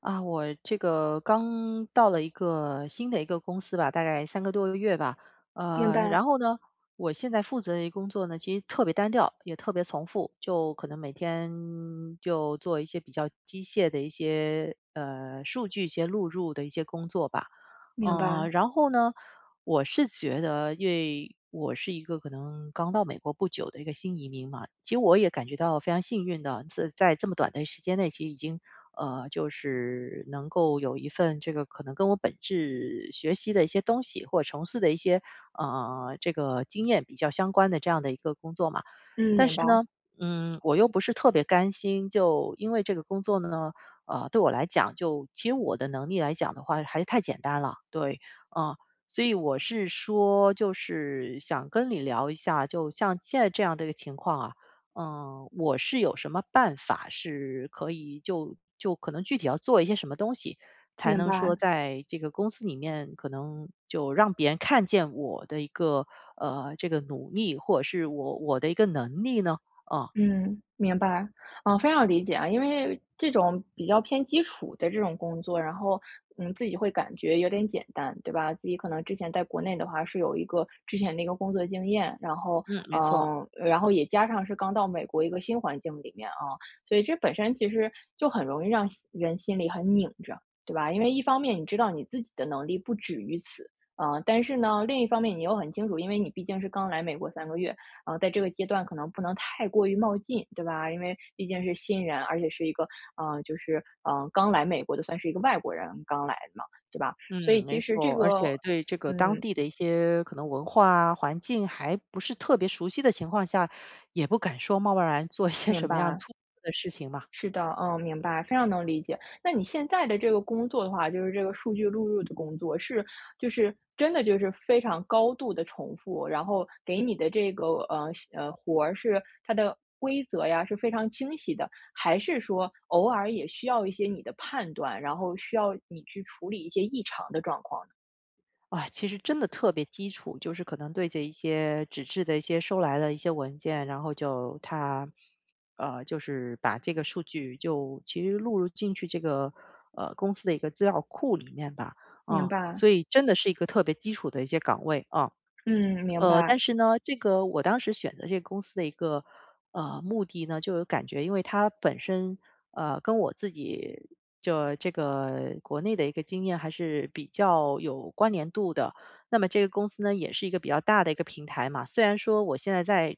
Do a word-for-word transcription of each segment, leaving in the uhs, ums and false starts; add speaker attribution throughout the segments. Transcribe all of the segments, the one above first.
Speaker 1: 啊，我这个刚到了一个新的一个公司吧，大概三个多月吧。
Speaker 2: 明
Speaker 1: 呃，
Speaker 2: 白，
Speaker 1: 然后呢，我现在负责的一工作呢，其实特别单调，也特别重复，就可能每天就做一些比较机械的一些，呃，数据一些录入的一些工作吧。
Speaker 2: 明
Speaker 1: 嗯，
Speaker 2: 白，
Speaker 1: 然后呢，我是觉得，因为我是一个可能刚到美国不久的一个新移民嘛，其实我也感觉到非常幸运的，在在这么短的时间内，其实已经呃，就是能够有一份这个可能跟我本质学习的一些东西，或者从事的一些呃这个经验比较相关的这样的一个工作嘛。
Speaker 2: 嗯，
Speaker 1: 但
Speaker 2: 明
Speaker 1: 是
Speaker 2: 白，
Speaker 1: 呢，嗯，我又不是特别甘心，就因为这个工作呢。呃，对我来讲就其实我的能力来讲的话还是太简单了，对，嗯。所以我是说，就是想跟你聊一下，就像现在这样的一个情况啊，嗯，我是有什么办法是可以就就可能具体要做一些什么东西，才
Speaker 2: 明
Speaker 1: 能说
Speaker 2: 白，
Speaker 1: 在这个公司里面，可能就让别人看见我的一个呃这个努力，或者是我我的一个能力呢？嗯。
Speaker 2: 嗯，明白，嗯，非常理解啊。因为这种比较偏基础的这种工作，然后，嗯，自己会感觉有点简单，对吧？自己可能之前在国内的话是有一个之前的一个工作经验，然后，
Speaker 1: 嗯，没错。
Speaker 2: 嗯，然后也加上是刚到美国一个新环境里面啊，所以这本身其实就很容易让心人心里很拧着，对吧？因为一方面你知道你自己的能力不止于此，啊，但是呢，另一方面你又很清楚，因为你毕竟是刚来美国三个月。呃，在这个阶段可能不能太过于冒进，对吧？因为毕竟是新人，而且是一个，呃，就是，呃，刚来美国的，算是一个外国人，刚来的嘛，对吧？所
Speaker 1: 嗯，
Speaker 2: 以
Speaker 1: 没
Speaker 2: 其实这
Speaker 1: 错，而
Speaker 2: 个
Speaker 1: 且对这个当
Speaker 2: 嗯，
Speaker 1: 地的一些可能文化啊、环境还不是特别熟悉的情况下，也不敢说贸贸然做一些
Speaker 2: 明
Speaker 1: 什么样
Speaker 2: 白。
Speaker 1: 粗鲁的事情嘛。
Speaker 2: 是的，嗯，明白，非常能理解。那你现在的这个工作的话，就是这个数据录入的工作，是就是真的就是非常高度的重复，然后给你的这个呃呃活儿是它的规则呀是非常清晰的，还是说偶尔也需要一些你的判断，然后需要你去处理一些异常的状况呢？
Speaker 1: 啊，其实真的特别基础，就是可能对着一些纸质的一些收来的一些文件，然后就他呃，就是把这个数据就其实录入进去这个呃公司的一个资料库里面吧。
Speaker 2: 明
Speaker 1: 啊，
Speaker 2: 白，
Speaker 1: 所以真的是一个特别基础的一些岗位啊。
Speaker 2: 嗯，明
Speaker 1: 呃，
Speaker 2: 白，
Speaker 1: 但是呢，这个我当时选择这个公司的一个呃目的呢，就有感觉，因为它本身呃跟我自己就这个国内的一个经验还是比较有关联度的。那么这个公司呢，也是一个比较大的一个平台嘛。虽然说我现在在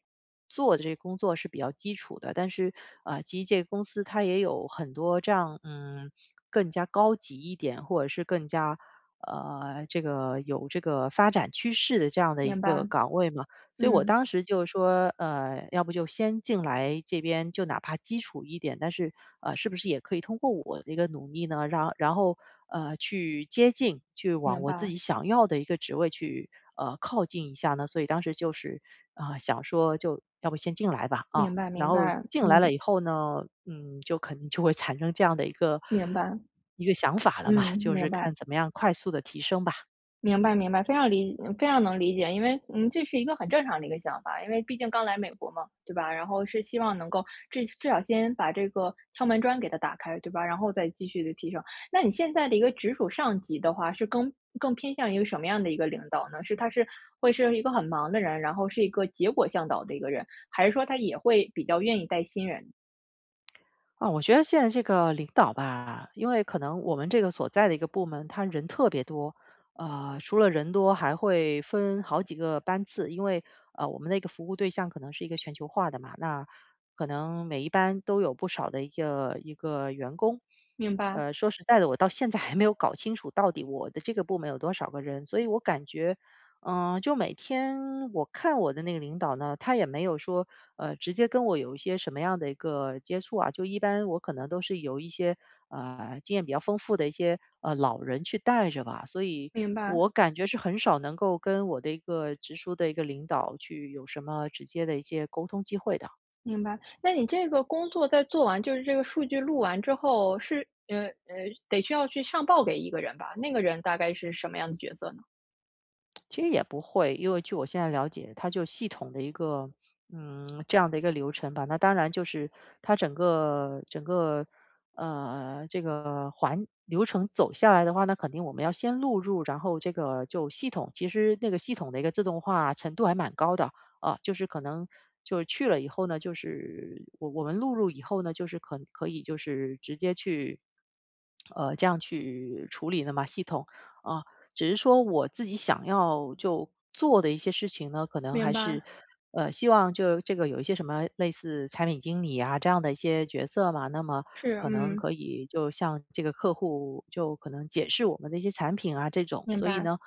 Speaker 1: 做的这个工作是比较基础的，但是呃，其实这个公司它也有很多这样嗯更加高级一点，或者是更加。呃，这个有这个发展趋势的这样的一
Speaker 2: 明
Speaker 1: 个
Speaker 2: 白，
Speaker 1: 岗位嘛，所以我
Speaker 2: 嗯，
Speaker 1: 当时就说，呃，要不就先进来这边，就哪怕基础一点，但是呃，是不是也可以通过我的一个努力呢，让然后呃去接近，去往
Speaker 2: 明
Speaker 1: 我自
Speaker 2: 白，
Speaker 1: 己想要的一个职位去呃靠近一下呢？所以当时就是啊、呃想说，就要不先进来吧，啊，
Speaker 2: 明白，
Speaker 1: 然
Speaker 2: 明
Speaker 1: 后
Speaker 2: 白，
Speaker 1: 进来了
Speaker 2: 嗯，
Speaker 1: 以后呢，嗯，就肯定就会产生这样的一个
Speaker 2: 明白，
Speaker 1: 一个想法了嘛，
Speaker 2: 嗯，
Speaker 1: 就是
Speaker 2: 明白。
Speaker 1: 看怎么样快速的提升吧。
Speaker 2: 明白明白，非常理非常能理解。因为，嗯，这是一个很正常的一个想法，因为毕竟刚来美国嘛，对吧？然后是希望能够至至少先把这个敲门砖给它打开，对吧？然后再继续的提升。那你现在的一个直属上级的话，是更更偏向于什么样的一个领导呢？是他是会是一个很忙的人，然后是一个结果向导的一个人，还是说他也会比较愿意带新人？
Speaker 1: 啊，我觉得现在这个领导吧，因为可能我们这个所在的一个部门，他人特别多，呃，除了人多，还会分好几个班次，因为呃，我们的一个服务对象可能是一个全球化的嘛，那可能每一班都有不少的一个一个员工。
Speaker 2: 明白，
Speaker 1: 呃，说实在的，我到现在还没有搞清楚到底我的这个部门有多少个人，所以我感觉嗯，呃就每天我看我的那个领导呢，他也没有说，呃，直接跟我有一些什么样的一个接触啊，就一般我可能都是由一些，呃，经验比较丰富的一些，呃，老人去带着吧，所以
Speaker 2: 明白。
Speaker 1: 我感觉是很少能够跟我的一个直属的一个领导去有什么直接的一些沟通机会的。
Speaker 2: 明白，那你这个工作在做完就是这个数据录完之后，是呃呃，得需要去上报给一个人吧？那个人大概是什么样的角色呢？
Speaker 1: 其实也不会，因为据我现在了解，它就系统的一个，嗯，这样的一个流程吧。那当然就是它整个整个，呃，这个环流程走下来的话，那肯定我们要先录入，然后这个就系统，其实那个系统的一个自动化程度还蛮高的啊，就是可能就是去了以后呢，就是我我们录入以后呢，就是可可以就是直接去，呃，这样去处理的嘛，系统啊。只是说我自己想要就做的一些事情呢，可能还
Speaker 2: 明
Speaker 1: 是，
Speaker 2: 白，
Speaker 1: 呃，希望就这个有一些什么类似产品经理啊这样的一些角色嘛，那么
Speaker 2: 是，
Speaker 1: 可能
Speaker 2: 嗯，
Speaker 1: 可以就向这个客户就可能解释我们的一些产品啊这种，
Speaker 2: 明
Speaker 1: 所以
Speaker 2: 白，
Speaker 1: 呢，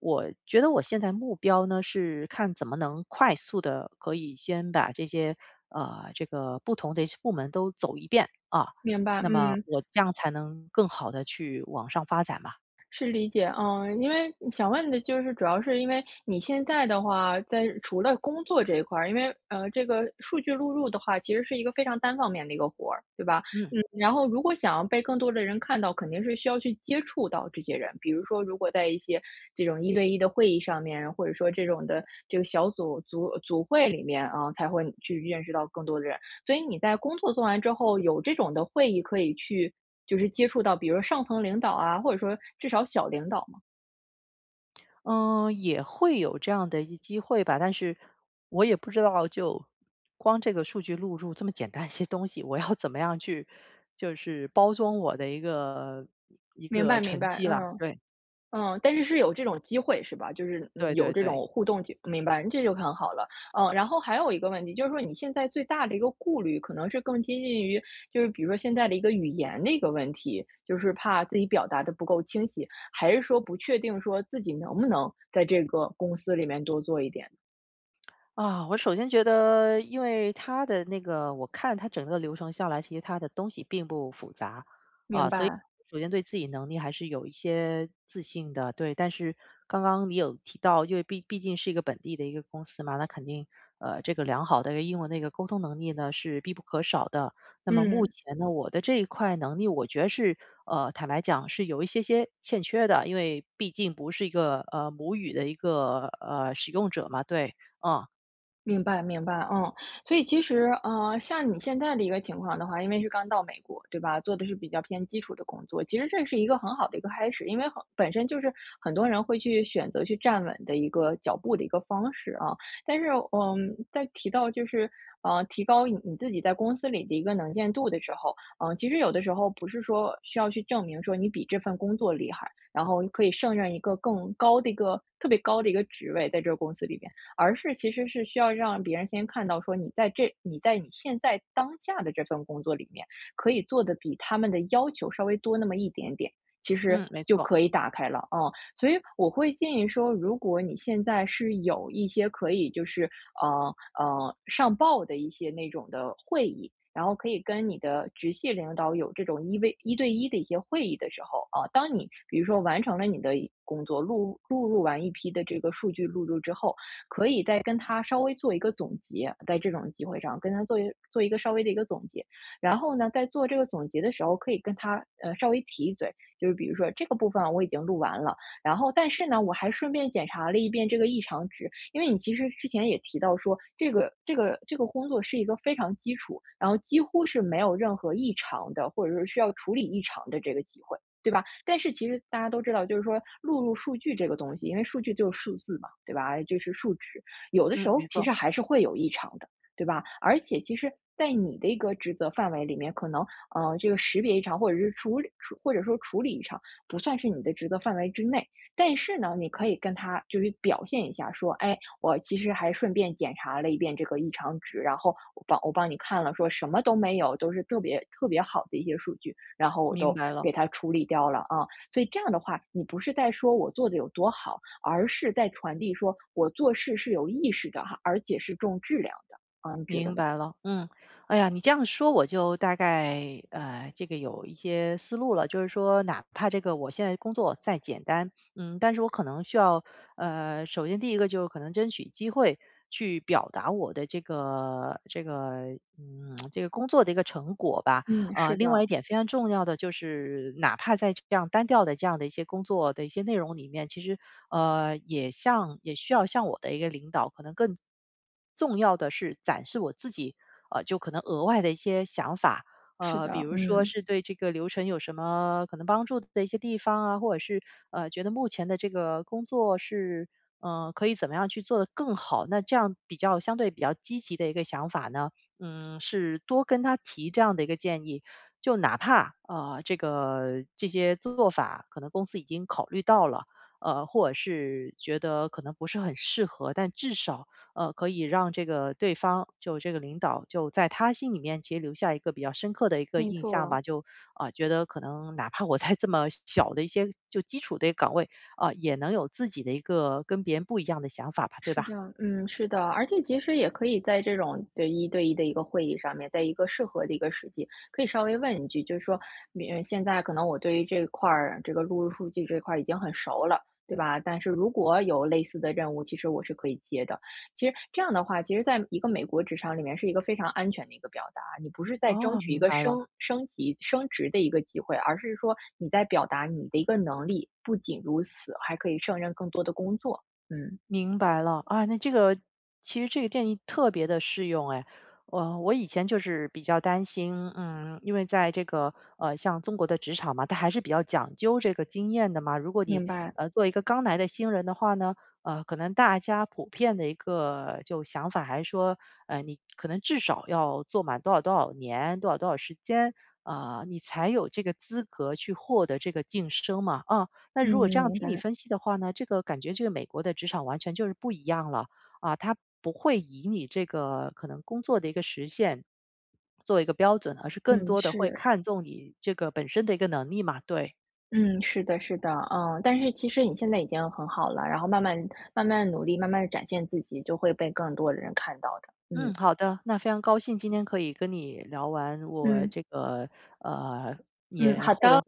Speaker 1: 我觉得我现在目标呢是看怎么能快速的可以先把这些呃这个不同的一些部门都走一遍啊，
Speaker 2: 明白，
Speaker 1: 那么
Speaker 2: 嗯。
Speaker 1: 我这样才能更好的去往上发展嘛，
Speaker 2: 是理解，嗯，因为想问的就是主要是因为你现在的话，在除了工作这一块儿，因为呃，这个数据录入的话，其实是一个非常单方面的一个活儿，对吧？
Speaker 1: 嗯。
Speaker 2: 嗯，然后如果想要被更多的人看到，肯定是需要去接触到这些人，比如说如果在一些这种一对一的会议上面，或者说这种的这个小组组组会里面啊，才会去认识到更多的人。所以你在工作做完之后，有这种的会议可以去就是接触到，比如上层领导啊，或者说至少小领导嘛。
Speaker 1: 嗯，也会有这样的一机会吧，但是我也不知道，就光这个数据录入这么简单一些东西，我要怎么样去就是包装我的一个一
Speaker 2: 明
Speaker 1: 个
Speaker 2: 白明
Speaker 1: 成
Speaker 2: 白，
Speaker 1: 绩啦。
Speaker 2: 嗯
Speaker 1: 对，
Speaker 2: 嗯，但是是有这种机会是吧？就是嗯，
Speaker 1: 对
Speaker 2: 有
Speaker 1: 对
Speaker 2: 这
Speaker 1: 对。
Speaker 2: 种互动就明白，这就很好了。嗯，然后还有一个问题，就是说你现在最大的一个顾虑，可能是更接近于，就是比如说现在的一个语言的一个问题，就是怕自己表达的不够清晰，还是说不确定说自己能不能在这个公司里面多做一点？
Speaker 1: 啊，我首先觉得，因为它的那个，我看它整个流程下来，其实它的东西并不复杂啊，
Speaker 2: 明
Speaker 1: 所以
Speaker 2: 白，
Speaker 1: 首先对自己能力还是有一些自信的。对，但是刚刚你有提到，因为毕毕竟是一个本地的一个公司嘛，那肯定呃，这个良好的一个英文的一个沟通能力呢是必不可少的。那么目
Speaker 2: 嗯。
Speaker 1: 前呢，我的这一块能力，我觉得是呃，坦白讲是有一些些欠缺的，因为毕竟不是一个呃母语的一个呃使用者嘛，对，嗯。
Speaker 2: 明白明白，嗯，所以其实，呃，像你现在的一个情况的话，因为是刚到美国，对吧？做的是比较偏基础的工作，其实这是一个很好的一个开始，因为很本身就是很多人会去选择去站稳的一个脚步的一个方式啊。但是，嗯，在提到就是呃，提高你你自己在公司里的一个能见度的时候，嗯、其实有的时候不是说需要去证明说你比这份工作厉害，然后可以胜任一个更高的一个特别高的一个职位在这个公司里边。而是其实是需要让别人先看到说你在这你在你现在当下的这份工作里面，可以做的比他们的要求稍微多那么一点点，其实
Speaker 1: 嗯，没
Speaker 2: 就
Speaker 1: 错，
Speaker 2: 可以打开了，嗯。所以我会建议说，如果你现在是有一些可以就是，呃，呃，上报的一些那种的会议，然后可以跟你的直系领导有这种一 v 一对一的一些会议的时候，啊，当你比如说完成了你的工作，录录入完一批的这个数据录入之后，可以再跟他稍微做一个总结，在这种机会上跟他做一做一个稍微的一个总结。然后呢，在做这个总结的时候，可以跟他呃稍微提一嘴，就是比如说这个部分啊我已经录完了，然后但是呢，我还顺便检查了一遍这个异常值，因为你其实之前也提到说，这个这个这个工作是一个非常基础，然后几乎是没有任何异常的，或者是需要处理异常的这个机会。对吧？但是其实大家都知道，就是说录入数据这个东西，因为数据就是数字嘛，对吧？就是数值，有的时
Speaker 1: 嗯，
Speaker 2: 候
Speaker 1: 没
Speaker 2: 其
Speaker 1: 错，
Speaker 2: 实还是会有异常的，对吧？而且其实，在你的一个职责范围里面，可能呃，这个识别异常或者是处理处或者说处理异常，不算是你的职责范围之内。但是呢，你可以跟他就是表现一下，说，哎，我其实还顺便检查了一遍这个异常值，然后我帮我帮你看了，说什么都没有，都是特别特别好的一些数据。然后我
Speaker 1: 明
Speaker 2: 都
Speaker 1: 白了，
Speaker 2: 给它处理掉了啊。所以这样的话，你不是在说我做的有多好，而是在传递说我做事是有意识的哈，而且是重质量的啊，你觉得
Speaker 1: 明
Speaker 2: 呢？
Speaker 1: 白了，嗯，哎呀，你这样说我就大概呃，这个有一些思路了，就是说，哪怕这个我现在工作再简单，嗯，但是我可能需要呃，首先第一个就是可能争取机会去表达我的这个这个嗯，这个工作的一个成果吧，
Speaker 2: 嗯，
Speaker 1: 呃，
Speaker 2: 是
Speaker 1: 另外
Speaker 2: 的，
Speaker 1: 一点非常重要的就是，哪怕在这样单调的这样的一些工作的一些内容里面，其实呃，也像也需要像我的一个领导，可能更重要的是展示我自己，呃，就可能额外的一些想法，
Speaker 2: 是
Speaker 1: 呃，比
Speaker 2: 的，
Speaker 1: 如说
Speaker 2: 嗯，
Speaker 1: 是对这个流程有什么可能帮助的一些地方啊，或者是呃，觉得目前的这个工作是。嗯、可以怎么样去做得更好？那这样比较相对比较积极的一个想法呢，嗯，是多跟他提这样的一个建议，就哪怕呃这个这些做法可能公司已经考虑到了，呃，或者是觉得可能不是很适合，但至少呃可以让这个对方就这个领导就在他心里面其实留下一个比较深刻的一个
Speaker 2: 没
Speaker 1: 印象
Speaker 2: 错。
Speaker 1: 吧，就啊、呃觉得可能哪怕我在这么小的一些就基础的一个岗位啊、也能有自己的一个跟别人不一样的想法吧，对
Speaker 2: 是
Speaker 1: 吧？
Speaker 2: 的，嗯，是的，而且其实也可以在这种对一对一的一个会议上面，在一个适合的一个时机，可以稍微问一句，就是说，嗯，现在可能我对于这块儿这个录入数据这块儿已经很熟了，对吧？但是如果有类似的任务，其实我是可以接的。其实这样的话，其实在一个美国职场里面是一个非常安全的一个表达，你不是在争
Speaker 1: 哦，
Speaker 2: 取一
Speaker 1: 明
Speaker 2: 个
Speaker 1: 白了。
Speaker 2: 升升级升职的一个机会，而是说你在表达你的一个能力。不仅如此，还可以胜任更多的工作。嗯，
Speaker 1: 明白了，啊，那这个其实这个建议特别的适用哎，我我以前就是比较担心，嗯，因为在这个呃，像中国的职场嘛，它还是比较讲究这个经验的嘛。如果你
Speaker 2: 明白。
Speaker 1: 呃做一个刚来的新人的话呢，呃，可能大家普遍的一个就想法还是说，呃，你可能至少要做满多少多少年，多少多少时间，啊、你才有这个资格去获得这个晋升嘛，啊、那
Speaker 2: 嗯，
Speaker 1: 如果这样
Speaker 2: 明
Speaker 1: 听你
Speaker 2: 白。
Speaker 1: 分析的话呢，这个感觉这个美国的职场完全就是不一样了啊，它不会以你这个可能工作的一个实现做一个标准，而是更
Speaker 2: 嗯，
Speaker 1: 多的会
Speaker 2: 是，
Speaker 1: 看重你这个本身的一个能力嘛，对。
Speaker 2: 嗯，是的，是的，嗯，但是其实你现在已经很好了，然后慢慢慢慢努力，慢慢的展现自己，就会被更多的人看到的。
Speaker 1: 嗯，
Speaker 2: 嗯，
Speaker 1: 好的，那非常高兴今天可以跟你聊完我
Speaker 2: 嗯，
Speaker 1: 这个呃
Speaker 2: 嗯，好的。